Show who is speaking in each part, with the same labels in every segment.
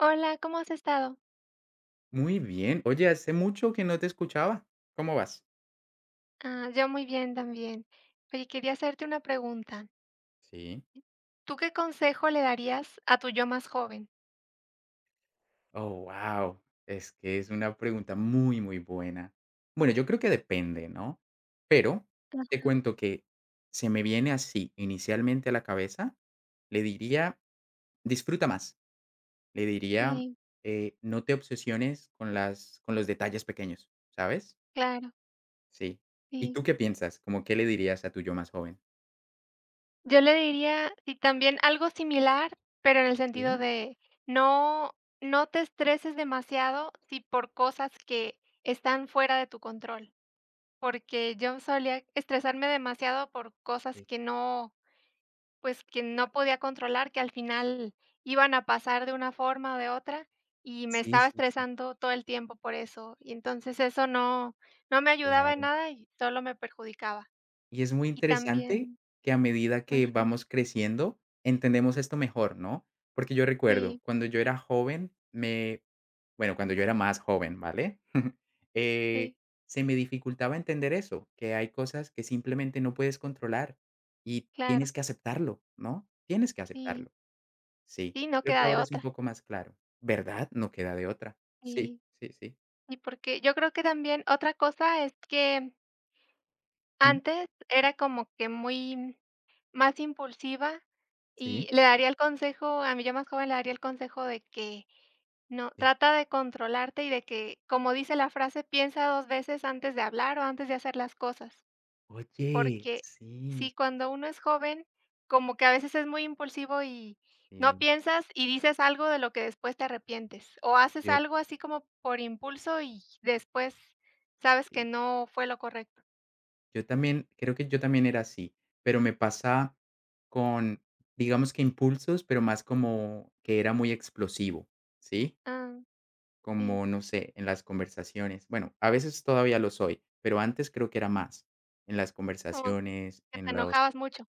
Speaker 1: Hola, ¿cómo has estado?
Speaker 2: Muy bien. Oye, hace mucho que no te escuchaba. ¿Cómo vas?
Speaker 1: Ah, yo muy bien también. Oye, quería hacerte una pregunta.
Speaker 2: Sí.
Speaker 1: ¿Tú qué consejo le darías a tu yo más joven?
Speaker 2: Oh, wow. Es que es una pregunta muy, muy buena. Bueno, yo creo que depende, ¿no? Pero te
Speaker 1: Ajá,
Speaker 2: cuento que se me viene así inicialmente a la cabeza. Le diría, disfruta más. Le diría,
Speaker 1: sí,
Speaker 2: no te obsesiones con los detalles pequeños, ¿sabes?
Speaker 1: claro,
Speaker 2: Sí. ¿Y
Speaker 1: sí.
Speaker 2: tú qué piensas? ¿Cómo qué le dirías a tu yo más joven?
Speaker 1: Yo le diría, y también algo similar, pero en el sentido
Speaker 2: Sí,
Speaker 1: de no, no te estreses demasiado si por cosas que están fuera de tu control, porque yo solía estresarme demasiado por cosas
Speaker 2: sí,
Speaker 1: que no Pues, que
Speaker 2: claro.
Speaker 1: no podía controlar, que al final iban a pasar de una forma o de otra, y me
Speaker 2: Sí,
Speaker 1: estaba
Speaker 2: sí, sí.
Speaker 1: estresando todo el tiempo por eso. Y entonces eso no me ayudaba en
Speaker 2: Claro.
Speaker 1: nada y solo me perjudicaba.
Speaker 2: Y es muy
Speaker 1: Y
Speaker 2: interesante
Speaker 1: también,
Speaker 2: que a medida que
Speaker 1: ajá,
Speaker 2: vamos creciendo, entendemos esto mejor, ¿no? Porque yo recuerdo,
Speaker 1: sí,
Speaker 2: cuando yo era joven, me bueno, cuando yo era más joven, ¿vale?
Speaker 1: sí,
Speaker 2: Eh, Se me dificultaba entender eso, que hay cosas que simplemente no puedes controlar y
Speaker 1: claro,
Speaker 2: tienes que aceptarlo, ¿no? Tienes que
Speaker 1: sí,
Speaker 2: aceptarlo. Sí,
Speaker 1: sí, no
Speaker 2: creo
Speaker 1: queda
Speaker 2: que
Speaker 1: de
Speaker 2: ahora es un
Speaker 1: otra.
Speaker 2: poco más claro, ¿verdad? No queda de otra. Sí,
Speaker 1: Y
Speaker 2: sí, sí.
Speaker 1: y porque yo creo que también otra cosa es que
Speaker 2: Ujú.
Speaker 1: antes era como que muy, más impulsiva y
Speaker 2: Sí,
Speaker 1: le daría el consejo a mi yo más joven le daría el consejo de que no,
Speaker 2: sí.
Speaker 1: trata de controlarte y de que, como dice la frase, piensa 2 veces antes de hablar o antes de hacer las cosas,
Speaker 2: Oye,
Speaker 1: porque
Speaker 2: sí,
Speaker 1: sí, cuando uno es joven, como que a veces es muy impulsivo y no
Speaker 2: sí.
Speaker 1: piensas y dices algo de lo que después te arrepientes, o haces
Speaker 2: Yo
Speaker 1: algo así como por impulso y después sabes que
Speaker 2: sí.
Speaker 1: no fue lo correcto.
Speaker 2: Yo también creo que yo también era así, pero me pasa con, digamos que impulsos, pero más como que era muy explosivo, ¿sí?
Speaker 1: Ah, sí,
Speaker 2: Como, no sé, en las conversaciones. Bueno, a veces todavía lo soy, pero antes creo que era más. En las
Speaker 1: como
Speaker 2: conversaciones,
Speaker 1: que te
Speaker 2: en los.
Speaker 1: enojabas mucho,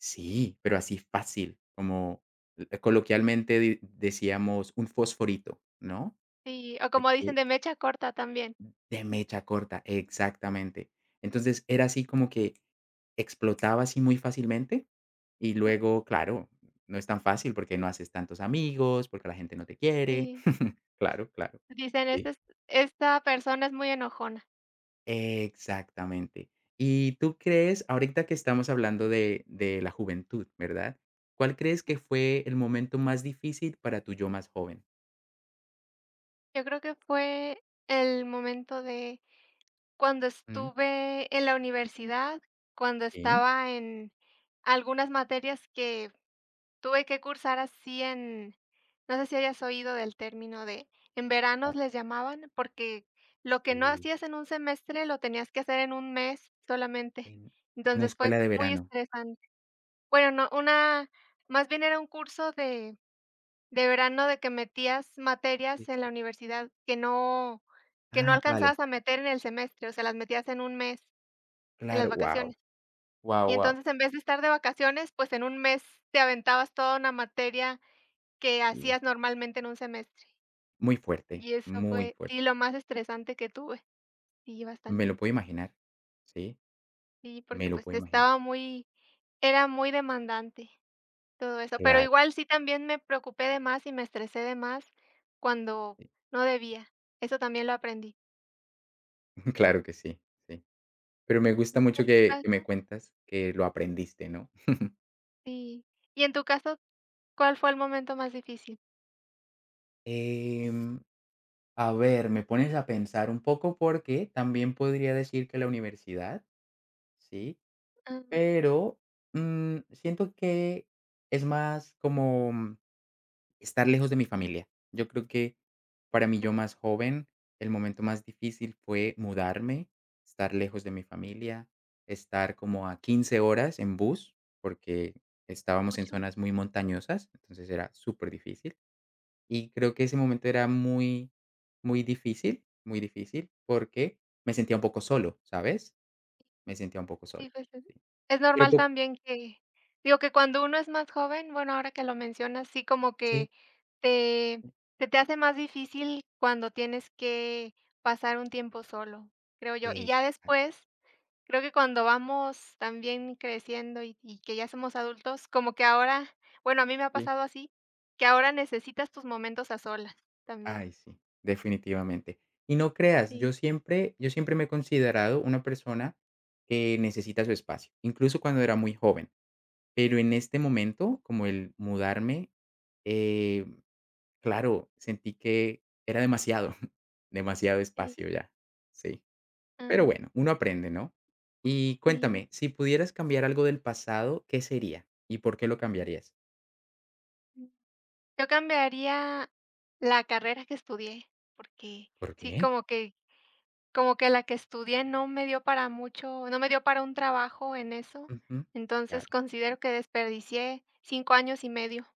Speaker 2: Sí, pero así fácil, como coloquialmente decíamos un fosforito, ¿no?
Speaker 1: sí, o como dicen
Speaker 2: Porque
Speaker 1: de mecha corta también.
Speaker 2: de mecha corta, exactamente. Entonces, era así como que explotaba así muy fácilmente y luego, claro, no es tan fácil porque no haces tantos amigos, porque la gente no te quiere.
Speaker 1: Sí,
Speaker 2: Claro, claro.
Speaker 1: dicen: "Este
Speaker 2: Sí.
Speaker 1: es esta persona es muy enojona".
Speaker 2: Exactamente. ¿Y tú crees, ahorita que estamos hablando de la juventud, verdad? ¿Cuál crees que fue el momento más difícil para tu yo más joven?
Speaker 1: Yo creo que fue el momento de cuando
Speaker 2: Mm,
Speaker 1: estuve en la universidad, cuando
Speaker 2: sí,
Speaker 1: estaba en algunas materias que tuve que cursar así, en no sé si hayas oído del término, de en veranos
Speaker 2: vale.
Speaker 1: les llamaban, porque lo que no
Speaker 2: Sí.
Speaker 1: hacías en un semestre lo tenías que hacer en un mes solamente.
Speaker 2: En una
Speaker 1: Entonces fue
Speaker 2: escuela de
Speaker 1: muy
Speaker 2: verano.
Speaker 1: estresante. Bueno, no, una más bien era un curso de verano, de que metías materias
Speaker 2: Sí,
Speaker 1: en la
Speaker 2: sí.
Speaker 1: universidad que no
Speaker 2: Ah, vale.
Speaker 1: alcanzabas a meter en el semestre, o sea, las metías en un mes, en las
Speaker 2: Claro, wow,
Speaker 1: vacaciones.
Speaker 2: wow,
Speaker 1: Y
Speaker 2: wow.
Speaker 1: entonces, en vez de estar de vacaciones, pues, en un mes te aventabas toda una materia que
Speaker 2: Sí,
Speaker 1: hacías normalmente en un semestre.
Speaker 2: muy fuerte,
Speaker 1: Y eso
Speaker 2: muy
Speaker 1: fue, sí,
Speaker 2: fuerte.
Speaker 1: lo más estresante que tuve. Sí,
Speaker 2: Me
Speaker 1: bastante.
Speaker 2: lo puedo imaginar, sí,
Speaker 1: Sí, porque,
Speaker 2: me lo
Speaker 1: pues,
Speaker 2: puedo imaginar.
Speaker 1: estaba muy era muy demandante todo eso. Pero
Speaker 2: Claro,
Speaker 1: igual sí también me preocupé de más y me estresé de más cuando
Speaker 2: sí,
Speaker 1: no debía. Eso también lo aprendí.
Speaker 2: claro que sí, sí. Pero me
Speaker 1: ¿Y
Speaker 2: gusta mucho
Speaker 1: en tu
Speaker 2: que me
Speaker 1: caso?
Speaker 2: cuentas que lo aprendiste, ¿no?
Speaker 1: Sí. ¿Y en tu caso, cuál fue el momento más difícil?
Speaker 2: Em, a ver, me pones a pensar un poco porque también podría decir que la universidad, sí,
Speaker 1: Ah,
Speaker 2: pero, siento que es más como estar lejos de mi familia. Yo creo que para mí yo más joven, el momento más difícil fue mudarme, estar lejos de mi familia, estar como a 15 horas en bus, porque estábamos en
Speaker 1: mucho,
Speaker 2: zonas muy montañosas, entonces era súper difícil. Y creo que ese momento era muy, muy difícil, porque me sentía un poco solo, ¿sabes? Me sentía un poco solo.
Speaker 1: sí, pues, es
Speaker 2: Sí.
Speaker 1: es
Speaker 2: Pero
Speaker 1: normal también que digo que cuando uno es más joven, bueno, ahora que lo mencionas, sí, como
Speaker 2: sí,
Speaker 1: que te se te hace más difícil cuando tienes que pasar un tiempo solo, creo yo. Y ya
Speaker 2: exacto.
Speaker 1: después, creo que cuando vamos también creciendo y que ya somos adultos, como que ahora, bueno, a mí me ha pasado así, que ahora necesitas tus momentos a solas también.
Speaker 2: Ay, sí, definitivamente. Y no creas, yo
Speaker 1: Sí,
Speaker 2: siempre yo siempre me he considerado una persona que necesita su espacio, incluso cuando era muy joven. Pero en este momento, como el mudarme, eh, claro, sentí que era demasiado, demasiado
Speaker 1: sí.
Speaker 2: espacio ya. Sí, pero
Speaker 1: Ah,
Speaker 2: bueno, uno aprende, ¿no? Y
Speaker 1: sí,
Speaker 2: cuéntame, si pudieras cambiar algo del pasado, ¿qué sería? ¿Y por qué lo cambiarías?
Speaker 1: mm. Yo cambiaría la carrera que estudié, porque
Speaker 2: ¿Por
Speaker 1: sí,
Speaker 2: qué?
Speaker 1: como que la que estudié no me dio para mucho, no me dio para un trabajo en eso,
Speaker 2: Ujú,
Speaker 1: entonces
Speaker 2: claro.
Speaker 1: considero que desperdicié 5 años y medio.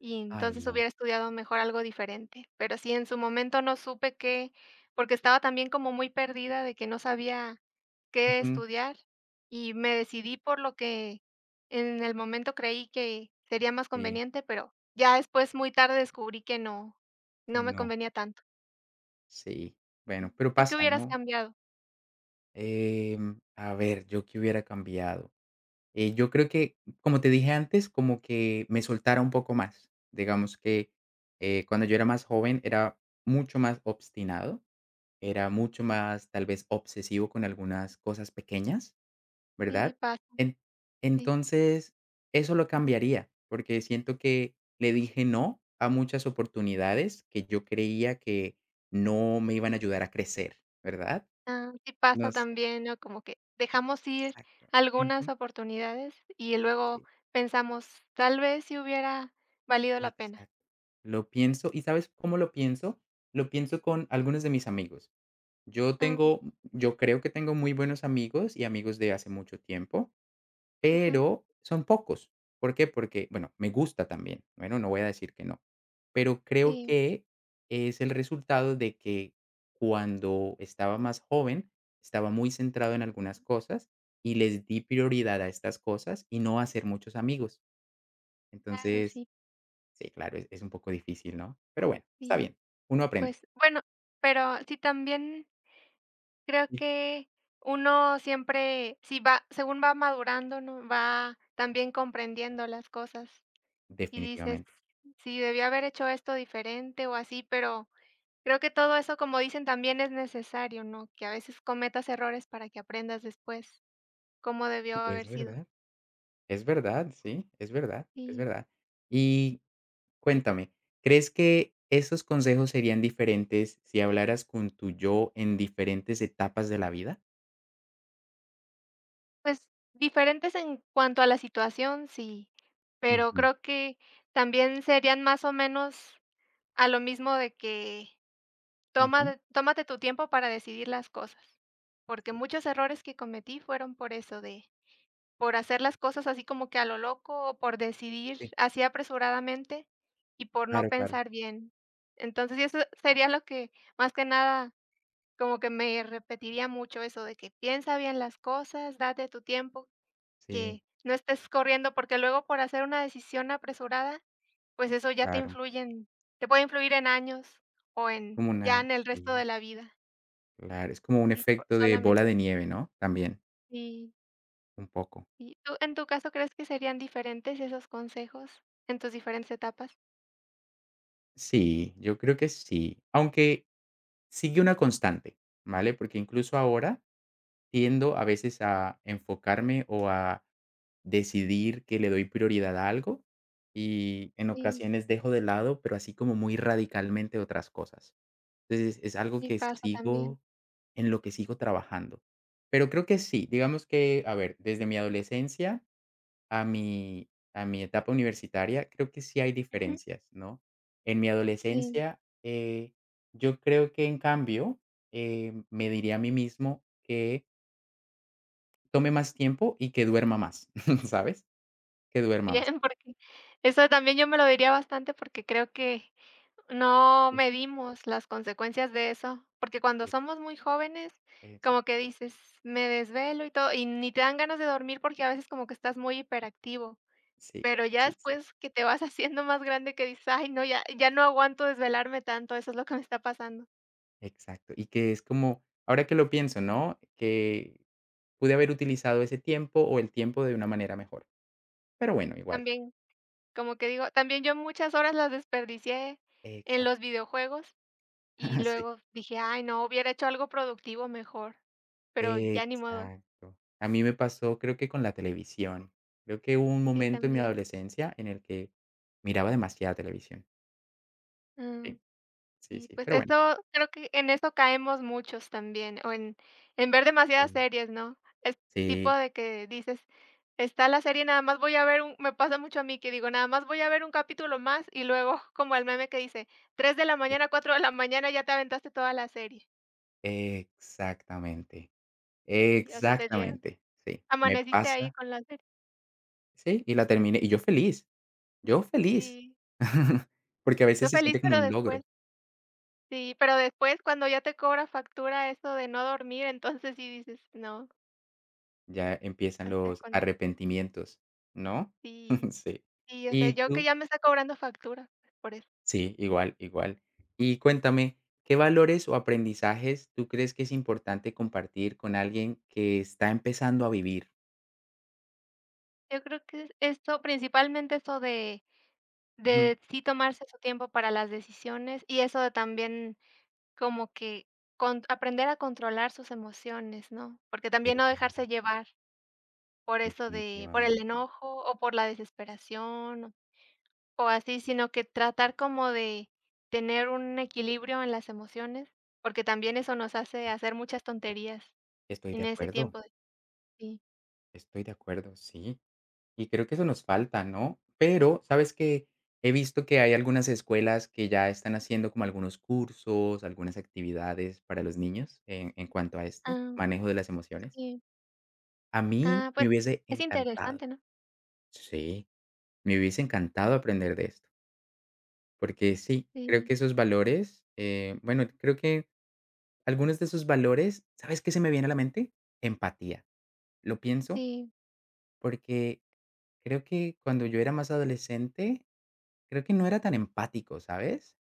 Speaker 1: Y
Speaker 2: Ay,
Speaker 1: entonces
Speaker 2: no.
Speaker 1: hubiera estudiado mejor algo diferente, pero sí, en su momento no supe qué, porque estaba también como muy perdida de que no sabía qué
Speaker 2: Ujú,
Speaker 1: estudiar y me decidí por lo que en el momento creí que sería más
Speaker 2: sí,
Speaker 1: conveniente, pero ya después muy tarde descubrí que no, no
Speaker 2: que
Speaker 1: me
Speaker 2: no.
Speaker 1: convenía tanto.
Speaker 2: Sí, bueno, pero
Speaker 1: ¿Tú qué
Speaker 2: pasa,
Speaker 1: hubieras
Speaker 2: ¿no?
Speaker 1: cambiado?
Speaker 2: A ver, ¿yo qué hubiera cambiado? Yo creo que, como te dije antes, como que me soltara un poco más. Digamos que cuando yo era más joven era mucho más obstinado, era mucho más tal vez obsesivo con algunas cosas pequeñas.
Speaker 1: Sí,
Speaker 2: ¿Verdad?
Speaker 1: pasa,
Speaker 2: En
Speaker 1: sí.
Speaker 2: Entonces, eso lo cambiaría, porque siento que le dije no a muchas oportunidades que yo creía que no me iban a ayudar a crecer, ¿verdad?
Speaker 1: Ah, sí pasa
Speaker 2: No sé.
Speaker 1: también, ¿no? Como que dejamos ir
Speaker 2: Exacto.
Speaker 1: algunas
Speaker 2: Ujú.
Speaker 1: oportunidades y luego
Speaker 2: Sí,
Speaker 1: pensamos, tal vez si hubiera valido la pena.
Speaker 2: exacto. Lo pienso, ¿y sabes cómo lo pienso? Lo pienso con algunos de mis amigos. Yo
Speaker 1: Ah,
Speaker 2: tengo yo creo que tengo muy buenos amigos y amigos de hace mucho tiempo.
Speaker 1: ajá,
Speaker 2: Pero son pocos. ¿Por qué? Porque, bueno, me gusta también. Bueno, no voy a decir que no. Pero creo
Speaker 1: sí,
Speaker 2: que es el resultado de que cuando estaba más joven, estaba muy centrado en algunas cosas y les di prioridad a estas cosas y no a hacer muchos amigos.
Speaker 1: claro,
Speaker 2: Entonces,
Speaker 1: sí,
Speaker 2: sí, claro, es un poco difícil, ¿no? Pero bueno, está
Speaker 1: sí.
Speaker 2: bien. Uno aprende.
Speaker 1: Pues bueno, pero sí también creo
Speaker 2: Sí,
Speaker 1: que uno siempre, si va, según va madurando, ¿no? Va también comprendiendo las cosas y dices,
Speaker 2: definitivamente.
Speaker 1: sí, debí haber hecho esto diferente o así, pero creo que todo eso, como dicen, también es necesario, ¿no? Que a veces cometas errores para que aprendas después cómo debió
Speaker 2: Es
Speaker 1: haber sido.
Speaker 2: verdad. Es verdad, sí, es verdad, es
Speaker 1: Y
Speaker 2: verdad. Y cuéntame, ¿crees que esos consejos serían diferentes si hablaras con tu yo en diferentes etapas de la vida?
Speaker 1: pues diferentes en cuanto a la situación, sí, pero
Speaker 2: Ujú,
Speaker 1: creo que también serían más o menos a lo mismo de que
Speaker 2: ujú.
Speaker 1: tómate tu tiempo para decidir las cosas, porque
Speaker 2: Sí,
Speaker 1: muchos errores que cometí fueron por eso de, por hacer las cosas así como que a lo loco, o por decidir
Speaker 2: sí,
Speaker 1: así apresuradamente y por no
Speaker 2: claro, claro.
Speaker 1: pensar bien. Entonces, eso sería lo que, más que nada, como que me repetiría mucho eso de que piensa bien las cosas, date tu tiempo,
Speaker 2: Sí,
Speaker 1: que no estés corriendo, porque luego por hacer una decisión apresurada, pues eso ya te
Speaker 2: claro.
Speaker 1: influye en te puede influir en años o en
Speaker 2: Como
Speaker 1: ya
Speaker 2: una
Speaker 1: en el resto de
Speaker 2: Sí,
Speaker 1: la vida,
Speaker 2: claro, es como un
Speaker 1: y po
Speaker 2: efecto de bola
Speaker 1: solamente
Speaker 2: de nieve, ¿no? También,
Speaker 1: sí.
Speaker 2: un poco.
Speaker 1: Y tú, en tu caso, ¿crees que serían diferentes esos consejos en tus diferentes etapas?
Speaker 2: Sí, yo creo que sí, aunque sigue una constante, ¿vale? Porque incluso ahora tiendo a veces a enfocarme o a decidir que le doy prioridad a algo y en
Speaker 1: Sí,
Speaker 2: ocasiones dejo de lado, pero así como muy radicalmente otras cosas. Entonces, es algo
Speaker 1: sí
Speaker 2: que
Speaker 1: pasa también.
Speaker 2: sigo en lo que sigo trabajando. Pero creo que sí, digamos que, a ver, desde mi adolescencia a mi a mi etapa universitaria, creo que sí hay
Speaker 1: Ujú.
Speaker 2: diferencias, ¿no? En mi
Speaker 1: Sí,
Speaker 2: adolescencia, yo creo que, en cambio, me diría a mí mismo que tome más tiempo y que duerma más, ¿sabes? Que duerma más.
Speaker 1: bien, porque eso también yo me lo diría bastante porque creo que no
Speaker 2: Sí,
Speaker 1: medimos las consecuencias de eso, porque cuando
Speaker 2: exacto,
Speaker 1: somos muy jóvenes, como
Speaker 2: exacto.
Speaker 1: que dices, me desvelo y todo, y ni te dan ganas de dormir porque a veces como que estás muy hiperactivo,
Speaker 2: Sí,
Speaker 1: pero ya
Speaker 2: sí, sí,
Speaker 1: después que te vas haciendo más grande que dices, ay, no, ya, ya no aguanto desvelarme tanto, eso es lo que me está pasando.
Speaker 2: exacto. Y que es como, ahora que lo pienso, ¿no? Que pude haber utilizado ese tiempo o el tiempo de una manera mejor. Pero
Speaker 1: Sí,
Speaker 2: bueno, igual.
Speaker 1: también. Como que digo, también yo muchas horas las desperdicié en los
Speaker 2: Exacto.
Speaker 1: videojuegos y luego dije: "Ay, no, hubiera hecho algo productivo mejor", pero
Speaker 2: Sí,
Speaker 1: ya ni modo.
Speaker 2: exacto. A mí me pasó, creo que con la televisión. Creo que hubo un
Speaker 1: Sí,
Speaker 2: momento en mi
Speaker 1: también.
Speaker 2: adolescencia en el que miraba demasiada televisión.
Speaker 1: Mm,
Speaker 2: Sí, sí,
Speaker 1: y
Speaker 2: sí.
Speaker 1: pues
Speaker 2: Pero bueno,
Speaker 1: eso creo que en eso caemos muchos también, o en ver demasiadas
Speaker 2: sí,
Speaker 1: series, ¿no? Es tipo
Speaker 2: sí,
Speaker 1: de que dices: "Está la serie, nada más voy a ver un", me pasa mucho a mí que digo: "Nada más voy a ver un capítulo más", y luego como el meme que dice: tres de la
Speaker 2: sí,
Speaker 1: mañana, 4 de la mañana, ya te aventaste toda la serie.
Speaker 2: exactamente.
Speaker 1: Y, o sea, te dieron
Speaker 2: Exactamente, sí, me
Speaker 1: amaneciste ahí
Speaker 2: pasa
Speaker 1: con la serie,
Speaker 2: sí, y la terminé, y yo feliz,
Speaker 1: sí.
Speaker 2: porque a
Speaker 1: Tú
Speaker 2: veces se
Speaker 1: feliz,
Speaker 2: siente como
Speaker 1: pero
Speaker 2: un logro,
Speaker 1: después sí, pero después cuando ya te cobra factura eso de no dormir, entonces sí dices: "No,
Speaker 2: ya empiezan
Speaker 1: ¿hasta
Speaker 2: los
Speaker 1: cuando?
Speaker 2: arrepentimientos, ¿no?
Speaker 1: Sí,
Speaker 2: Sí.
Speaker 1: sí, o sea,
Speaker 2: Y
Speaker 1: yo que
Speaker 2: tú
Speaker 1: ya me está cobrando factura, pues, por eso.
Speaker 2: sí, igual, igual. Y cuéntame, ¿qué valores o aprendizajes tú crees que es importante compartir con alguien que está empezando a vivir?
Speaker 1: Yo creo que es esto, principalmente eso de
Speaker 2: Ujú,
Speaker 1: de sí tomarse su tiempo para las decisiones y eso de también como que con aprender a controlar sus emociones, ¿no? Porque también no
Speaker 2: verdad,
Speaker 1: dejarse llevar por eso de, por el
Speaker 2: definitivamente.
Speaker 1: enojo o por la desesperación, o así, sino que tratar como de tener un equilibrio en las emociones, porque también eso nos hace hacer muchas tonterías
Speaker 2: Estoy de
Speaker 1: en ese
Speaker 2: acuerdo,
Speaker 1: tiempo de sí,
Speaker 2: estoy de acuerdo, sí. Y creo que eso nos falta, ¿no? Pero, ¿sabes qué? He visto que hay algunas escuelas que ya están haciendo como algunos cursos, algunas actividades para los niños en cuanto a esto,
Speaker 1: ah,
Speaker 2: manejo de las emociones.
Speaker 1: sí,
Speaker 2: A mí
Speaker 1: ah,
Speaker 2: me
Speaker 1: pues
Speaker 2: hubiese
Speaker 1: es
Speaker 2: encantado,
Speaker 1: interesante, ¿no?
Speaker 2: sí, me hubiese encantado aprender de esto, porque sí, creo
Speaker 1: Sí,
Speaker 2: que esos valores, bueno, creo que algunos de esos valores, ¿sabes qué se me viene a la mente? Empatía. Lo pienso
Speaker 1: sí,
Speaker 2: porque creo que cuando yo era más adolescente, creo que no era tan empático, ¿sabes?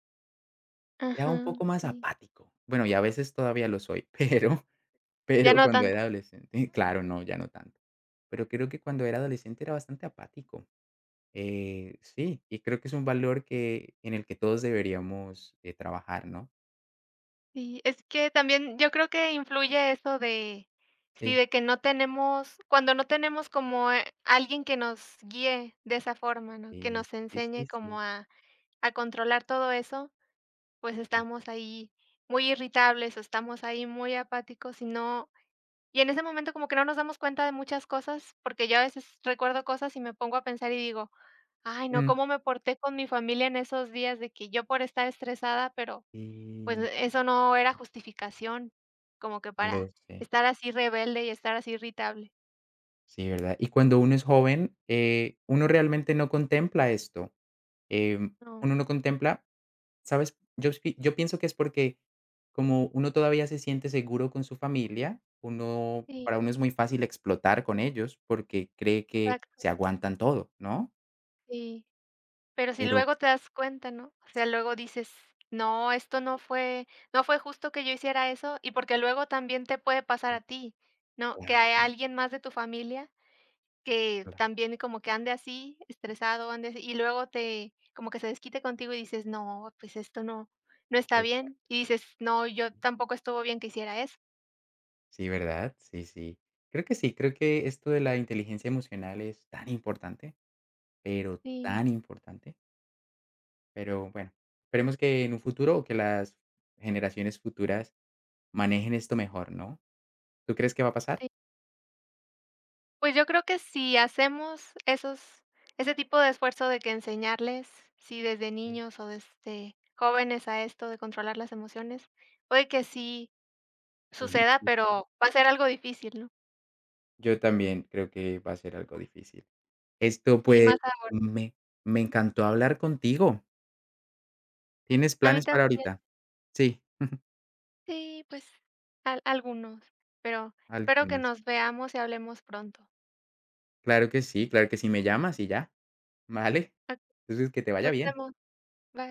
Speaker 2: Era un
Speaker 1: ajá,
Speaker 2: poco más
Speaker 1: sí,
Speaker 2: apático. Bueno, y a veces todavía lo soy, pero
Speaker 1: ya
Speaker 2: pero
Speaker 1: no
Speaker 2: cuando
Speaker 1: tanto.
Speaker 2: era adolescente, claro, no, ya no tanto. Pero creo que cuando era adolescente era bastante apático. Sí, y creo que es un valor que en el que todos deberíamos, trabajar, ¿no?
Speaker 1: Sí, es que también yo creo que influye eso de, sí,
Speaker 2: Sí,
Speaker 1: de que no tenemos, cuando no tenemos como, alguien que nos guíe de esa forma, ¿no? Que
Speaker 2: sí,
Speaker 1: nos
Speaker 2: sí,
Speaker 1: enseñe
Speaker 2: sí,
Speaker 1: como
Speaker 2: sí,
Speaker 1: a controlar todo eso. Pues,
Speaker 2: sí.
Speaker 1: estamos ahí muy irritables, o estamos ahí muy apáticos y no, y en ese momento como que no nos damos cuenta de muchas cosas, porque yo a veces recuerdo cosas y me pongo a pensar y digo: "Ay, no,
Speaker 2: Mm,
Speaker 1: cómo me porté con mi familia en esos días de que yo por estar estresada", pero, pues,
Speaker 2: sí,
Speaker 1: eso no era justificación como que
Speaker 2: lo
Speaker 1: para
Speaker 2: sé.
Speaker 1: estar así rebelde y estar así irritable.
Speaker 2: Sí, ¿verdad? Y cuando uno es joven, uno realmente no contempla esto. Em,
Speaker 1: No.
Speaker 2: Uno no contempla ¿sabes? Yo pienso que es porque como uno todavía se siente seguro con su familia, uno
Speaker 1: Sí,
Speaker 2: para uno es muy fácil explotar con ellos porque cree que
Speaker 1: exacto.
Speaker 2: se aguantan todo, ¿no?
Speaker 1: Sí. Pero si
Speaker 2: Pero
Speaker 1: luego te das cuenta, ¿no? O sea, luego dices: "No, esto no fue justo que yo hiciera eso", y porque luego también te puede pasar a ti, ¿no? Que hay
Speaker 2: claro,
Speaker 1: alguien más de tu familia que
Speaker 2: claro,
Speaker 1: también como que ande así, estresado, ande así, y luego te como que se desquite contigo y dices: "No, pues esto no está
Speaker 2: eh,
Speaker 1: bien", y dices: "No, yo tampoco estuvo bien que hiciera eso".
Speaker 2: sí, ¿verdad? Sí, sí. Creo que sí, creo que esto de la inteligencia emocional es
Speaker 1: Sí,
Speaker 2: tan importante. Pero bueno, esperemos que en un futuro o que las generaciones futuras manejen esto mejor, ¿no? ¿Tú crees que va a pasar?
Speaker 1: sí. Pues yo creo que si hacemos esos ese tipo de esfuerzo de que enseñarles, sí, desde
Speaker 2: Sí.
Speaker 1: niños o desde jóvenes a esto de controlar las emociones, puede que sí suceda,
Speaker 2: Sí.
Speaker 1: pero va a ser algo difícil, ¿no?
Speaker 2: Yo también creo que va a ser algo difícil. Esto,
Speaker 1: Y
Speaker 2: pues,
Speaker 1: más
Speaker 2: me me encantó hablar contigo. ¿Tienes
Speaker 1: a mí
Speaker 2: planes para
Speaker 1: también,
Speaker 2: ahorita? Sí,
Speaker 1: sí, pues al algunos, pero espero que
Speaker 2: algunos.
Speaker 1: nos veamos y hablemos pronto.
Speaker 2: Claro que sí, me llamas y ya, ¿vale?
Speaker 1: Ok,
Speaker 2: Entonces, que te vaya
Speaker 1: nos
Speaker 2: bien.
Speaker 1: vemos, bye.